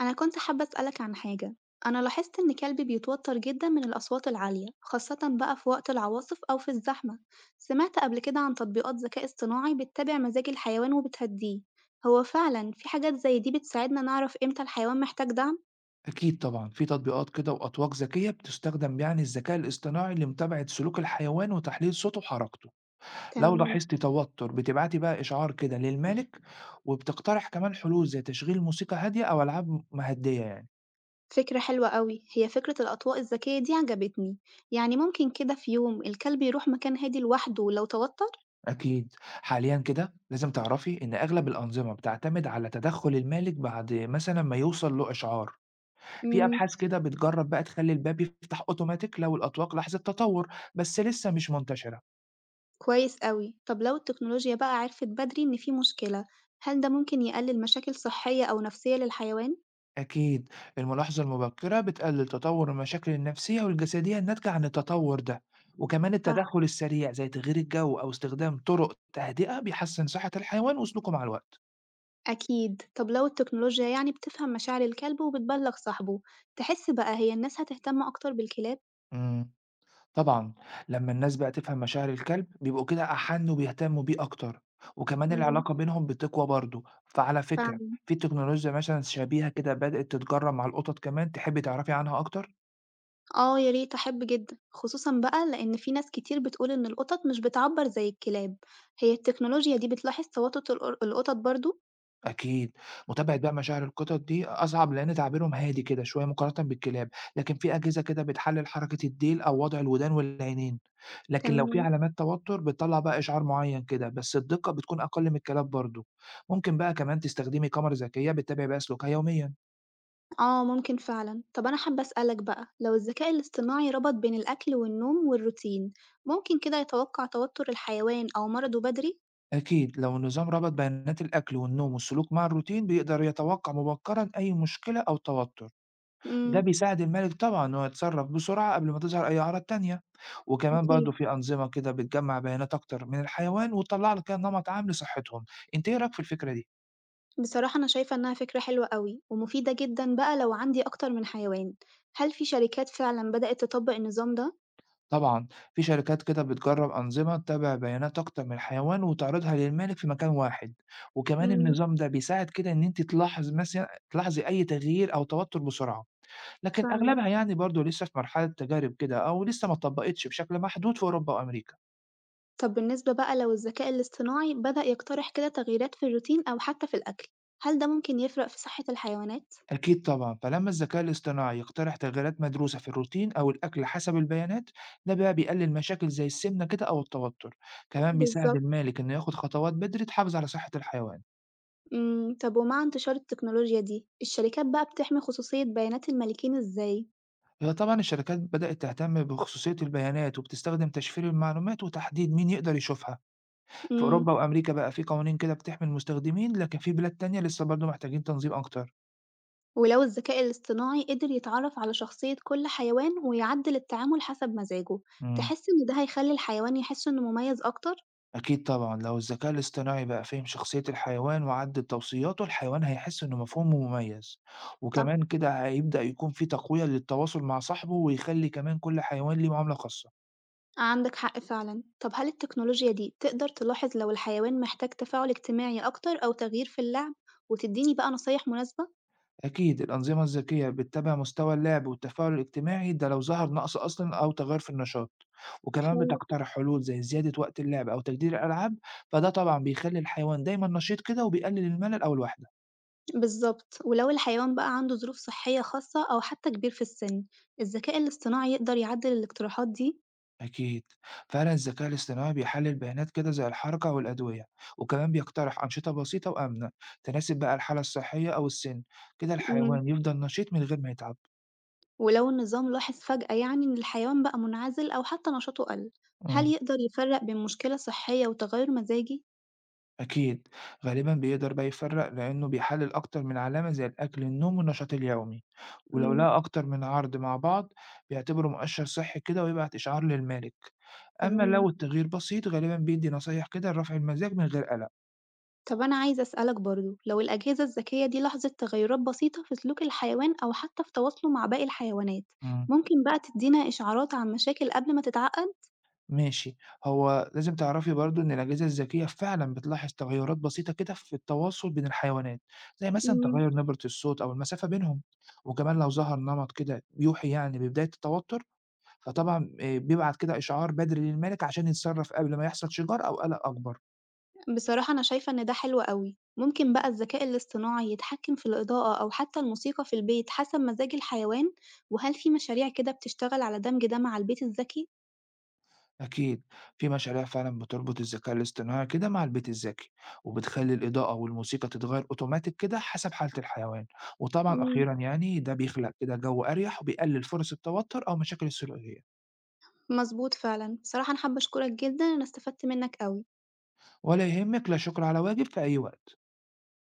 أنا كنت حابة أسألك عن حاجة، أنا لاحظت إن كلبي بيتوتر جدًا من الأصوات العالية، خاصة بقى في وقت العواصف أو في الزحمة، سمعت قبل كده عن تطبيقات ذكاء اصطناعي بتتابع مزاج الحيوان وبتهديه، هو فعلًا في حاجات زي دي بتساعدنا نعرف إمتى الحيوان محتاج دعم؟ أكيد طبعًا، في تطبيقات كده وأطواق ذكية بتستخدم يعني الذكاء الاصطناعي لمتابعة سلوك الحيوان وتحليل صوته وحركته، لو تمام، لاحظتِ توتر بتبعتي بقى إشعار كده للمالك، وبتقترح كمان حلول زي تشغيل موسيقى هادية أو ألعاب مهدية يعني. فكرة حلوة أوي، هي فكرة الأطواق الذكية دي عجبتني، يعني ممكن كده في يوم الكلب يروح مكان هادي لوحده لو توتر؟ أكيد، حاليًا كده لازم تعرفي إن أغلب الأنظمة بتعتمد على تدخل المالك بعد مثلًا ما يوصل له إشعار، في إمم. أبحاث كده بتجرب بقى تخلي الباب يفتح أوتوماتيك لو الأطواق لاحظت تطور، بس لسه مش منتشرة. كويس أوي، طب لو التكنولوجيا بقى عرفت بدري إن في مشكلة، هل ده ممكن يقلل مشاكل صحية أو نفسية للحيوان؟ أكيد الملاحظة المبكرة بتقلل تطور المشاكل النفسية والجسدية الناتجة عن التطور ده، وكمان صح، التدخل السريع زي تغيير الجو أو استخدام طرق تهدئة بيحسن صحة الحيوان وسلوكه مع الوقت. أكيد، طب لو التكنولوجيا يعني بتفهم مشاعر الكلب وبتبلغ صاحبه، تحس بقى هي الناس هتهتم أكتر بالكلاب؟ مم. طبعا لما الناس بقى تفهم مشاعر الكلب بيبقوا كده أحن وبيهتموا بيه أكتر، وكمان إمم، العلاقة بينهم بتقوى برضه فعلى فكرة. فعلًا، في تكنولوجيا مثلا شبيهة كده بدأت تتجرب مع القطط كمان، تحبي تعرفي عنها أكتر؟ آه يا ريت أحب جدًا، خصوصًا بقى لإن في ناس كتير بتقول إن القطط مش بتعبّر زي الكلاب، هي التكنولوجيا دي بتلاحظ توتر القطط برضه؟ أكيد، متابعة بقى مشاعر القطط دي أصعب لأن تعبيرهم هادي كده شوية مقارنة بالكلاب، لكن في أجهزة كده بتحلل حركة الديل أو وضع الودان والعينين، لكن لو في تمام. علامات توتر بتطلع بقى إشعار معين كده بس الدقة بتكون أقل من الكلاب برضه، ممكن بقى كمان تستخدمي كاميرا ذكية بتتابع بقى سلوكها يوميًا. آه، ممكن فعلًا. طب أنا حابة أسألك بقى، لو الذكاء الاصطناعي ربط بين الأكل والنوم والروتين، ممكن كده يتوقع توتر الحيوان أو مرضه بدري؟ أكيد لو النظام ربط بيانات الأكل والنوم والسلوك مع الروتين بيقدر يتوقع مبكرًا أي مشكلة أو توتر. ده إمم، بيساعد المالك طبعًا إن هو يتصرّف بسرعة قبل ما تظهر أي أعراض تانية، وكمان برضه أكيد. في أنظمة كده بتجمّع بيانات أكتر من الحيوان وتطلّع لك كده نمط عام لصحتهم. أنت إيه رأيك في الفكرة دي؟ بصراحة أنا شايفة إنها فكرة حلوة أوي ومفيدة جدًا بقى لو عندي أكتر من حيوان. هل في شركات فعلًا بدأت تطبق النظام ده؟ طبعًا في شركات كده بتجرّب أنظمة تتابع بيانات أكتر من الحيوان وتعرضها للمالك في مكان واحد، وكمان إمم، النظام ده بيساعد كده إن أنتِ تلاحظ مثلًا تلاحظي أي تغيير أو توتر بسرعة، لكن فعلًا. أغلبها يعني برضه لسه في مرحلة تجارب كده أو لسه ما اتطبّقتش بشكل محدود في أوروبا وأمريكا. طب بالنسبة بقى لو الذكاء الاصطناعي بدأ يقترح كده تغييرات في الروتين أو حتى في الأكل، هل ده ممكن يفرق في صحة الحيوانات؟ أكيد طبعًا، فلما الذكاء الاصطناعي يقترح تغييرات مدروسة في الروتين أو الأكل حسب البيانات، ده بقى بيقلل مشاكل زي السمنة كده أو التوتر، كمان بيساعد بالضبط. المالك إنه ياخد خطوات بدري تحافظ على صحة الحيوان. إمم، طب ومع انتشار التكنولوجيا دي، الشركات بقى بتحمي خصوصية بيانات المالكين إزاي؟ هي طبعًا الشركات بدأت تهتم بخصوصية البيانات وبتستخدم تشفير المعلومات وتحديد مين يقدر يشوفها، في أوروبا إمم، وأمريكا بقى في قوانين كده بتحمي المستخدمين، لكن في بلاد تانية لسه برضه محتاجين تنظيم أكتر. ولو الذكاء الاصطناعي قدر يتعرف على شخصية كل حيوان ويعدل التعامل حسب مزاجه، إمم. تحس إن ده هيخلي الحيوان يحس إنه مميز أكتر؟ أكيد طبعًا، لو الذكاء الاصطناعي بقى فِهم شخصية الحيوان وعدّل توصياته، الحيوان هيحس إنه مفهوم ومميز، صح، وكمان كده هيبدأ يكون في تقوية للتواصل مع صاحبه، ويخلّي كمان كل حيوان ليه معاملة خاصة. عندك حق فعلًا. طب هل التكنولوجيا دي تقدر تلاحظ لو الحيوان محتاج تفاعل اجتماعي أكتر أو تغيير في اللعب، وتديني بقى نصايح مناسبة؟ أكيد الأنظمة الذكية بتتابع مستوى اللعب والتفاعل الاجتماعي، ده لو ظهر نقص أصلًا أو تغيُّر في النشاط، وكمان حلو. بتقترح حلول زي زيادة وقت اللعب أو تجديد الألعاب، فده طبعًا بيخلّي الحيوان دايمًا نشيط كده وبيقلل الملل أو الوحدة. بالضبط، ولو الحيوان بقى عنده ظروف صحية خاصة أو حتى كبير في السن، الذكاء الاصطناعي يقدر يعدل الاقتراحات دي. أكيد فعلا الذكاء الاصطناعي بيحلل بيانات كده زي الحركة والأدوية، وكمان بيقترح أنشطة بسيطة وآمنة تناسب بقى الحالة الصحية أو السن، كده إمم، الحيوان يفضل نشيط من غير ما يتعب. ولو النظام لاحظ فجأة يعني إن الحيوان بقى منعزل أو حتى نشاطه قَل، هل مم. يقدر يفرّق بين مشكلة صحية وتغيُّر مزاجي؟ أكيد غالبا بيقدر بقى يفرق لأنه بيحلل أكتر من علامة زي الأكل النوم والنشاط اليومي، ولو إمم، لقى أكتر من عرض مع بعض بيعتبره مؤشر صحي كده ويبعت إشعار للمالك. أما لو تمام. التغيير بسيط غالبا بيدي نصايح كده لرفع المزاج من غير قلق. طب أنا عايزة أسألك برضه، لو الأجهزة الذكية دي لاحظت تغيُّرات بسيطة في سلوك الحيوان أو حتى في تواصله مع باقي الحيوانات، مم. ممكن بقى تدّينا إشعارات عن مشاكل قبل ما تتعقّد؟ ماشي، هو لازم تعرفي برضه إن الأجهزة الذكية فعلًا بتلاحظ تغيُّرات بسيطة كده في التواصل بين الحيوانات، زي مثلًا إمم. تغيُّر نبرة الصوت أو المسافة بينهم، وكمان لو ظهر نمط كده يوحي يعني ببداية التوتر، فطبعًا بيبعت كده إشعار بدري للمالك عشان يتصرّف قبل ما يحصل شجار أو قلق أكبر. بصراحة أنا شايفة إن ده حلو أوي، ممكن بقى الذكاء الاصطناعي يتحكم في الإضاءة أو حتى الموسيقى في البيت حسب مزاج الحيوان، وهل في مشاريع كده بتشتغل على دمج ده مع البيت الذكي؟ أكيد في مشاريع فعلا بتربط الذكاء الاصطناعي كده مع البيت الذكي، وبتخلي الإضاءة والموسيقى تتغير أوتوماتيك كده حسب حالة الحيوان، وطبعا إمم، أخيرا يعني ده بيخلق كده جو أريح وبيقلل فرص التوتر أو مشاكل السلوكية. مظبوط فعلًا، بصراحة أنا حابة أشكرك جدًا، أنا استفدت منك أوي. ولا يهمك، لا شكر على واجب، في أي وقت.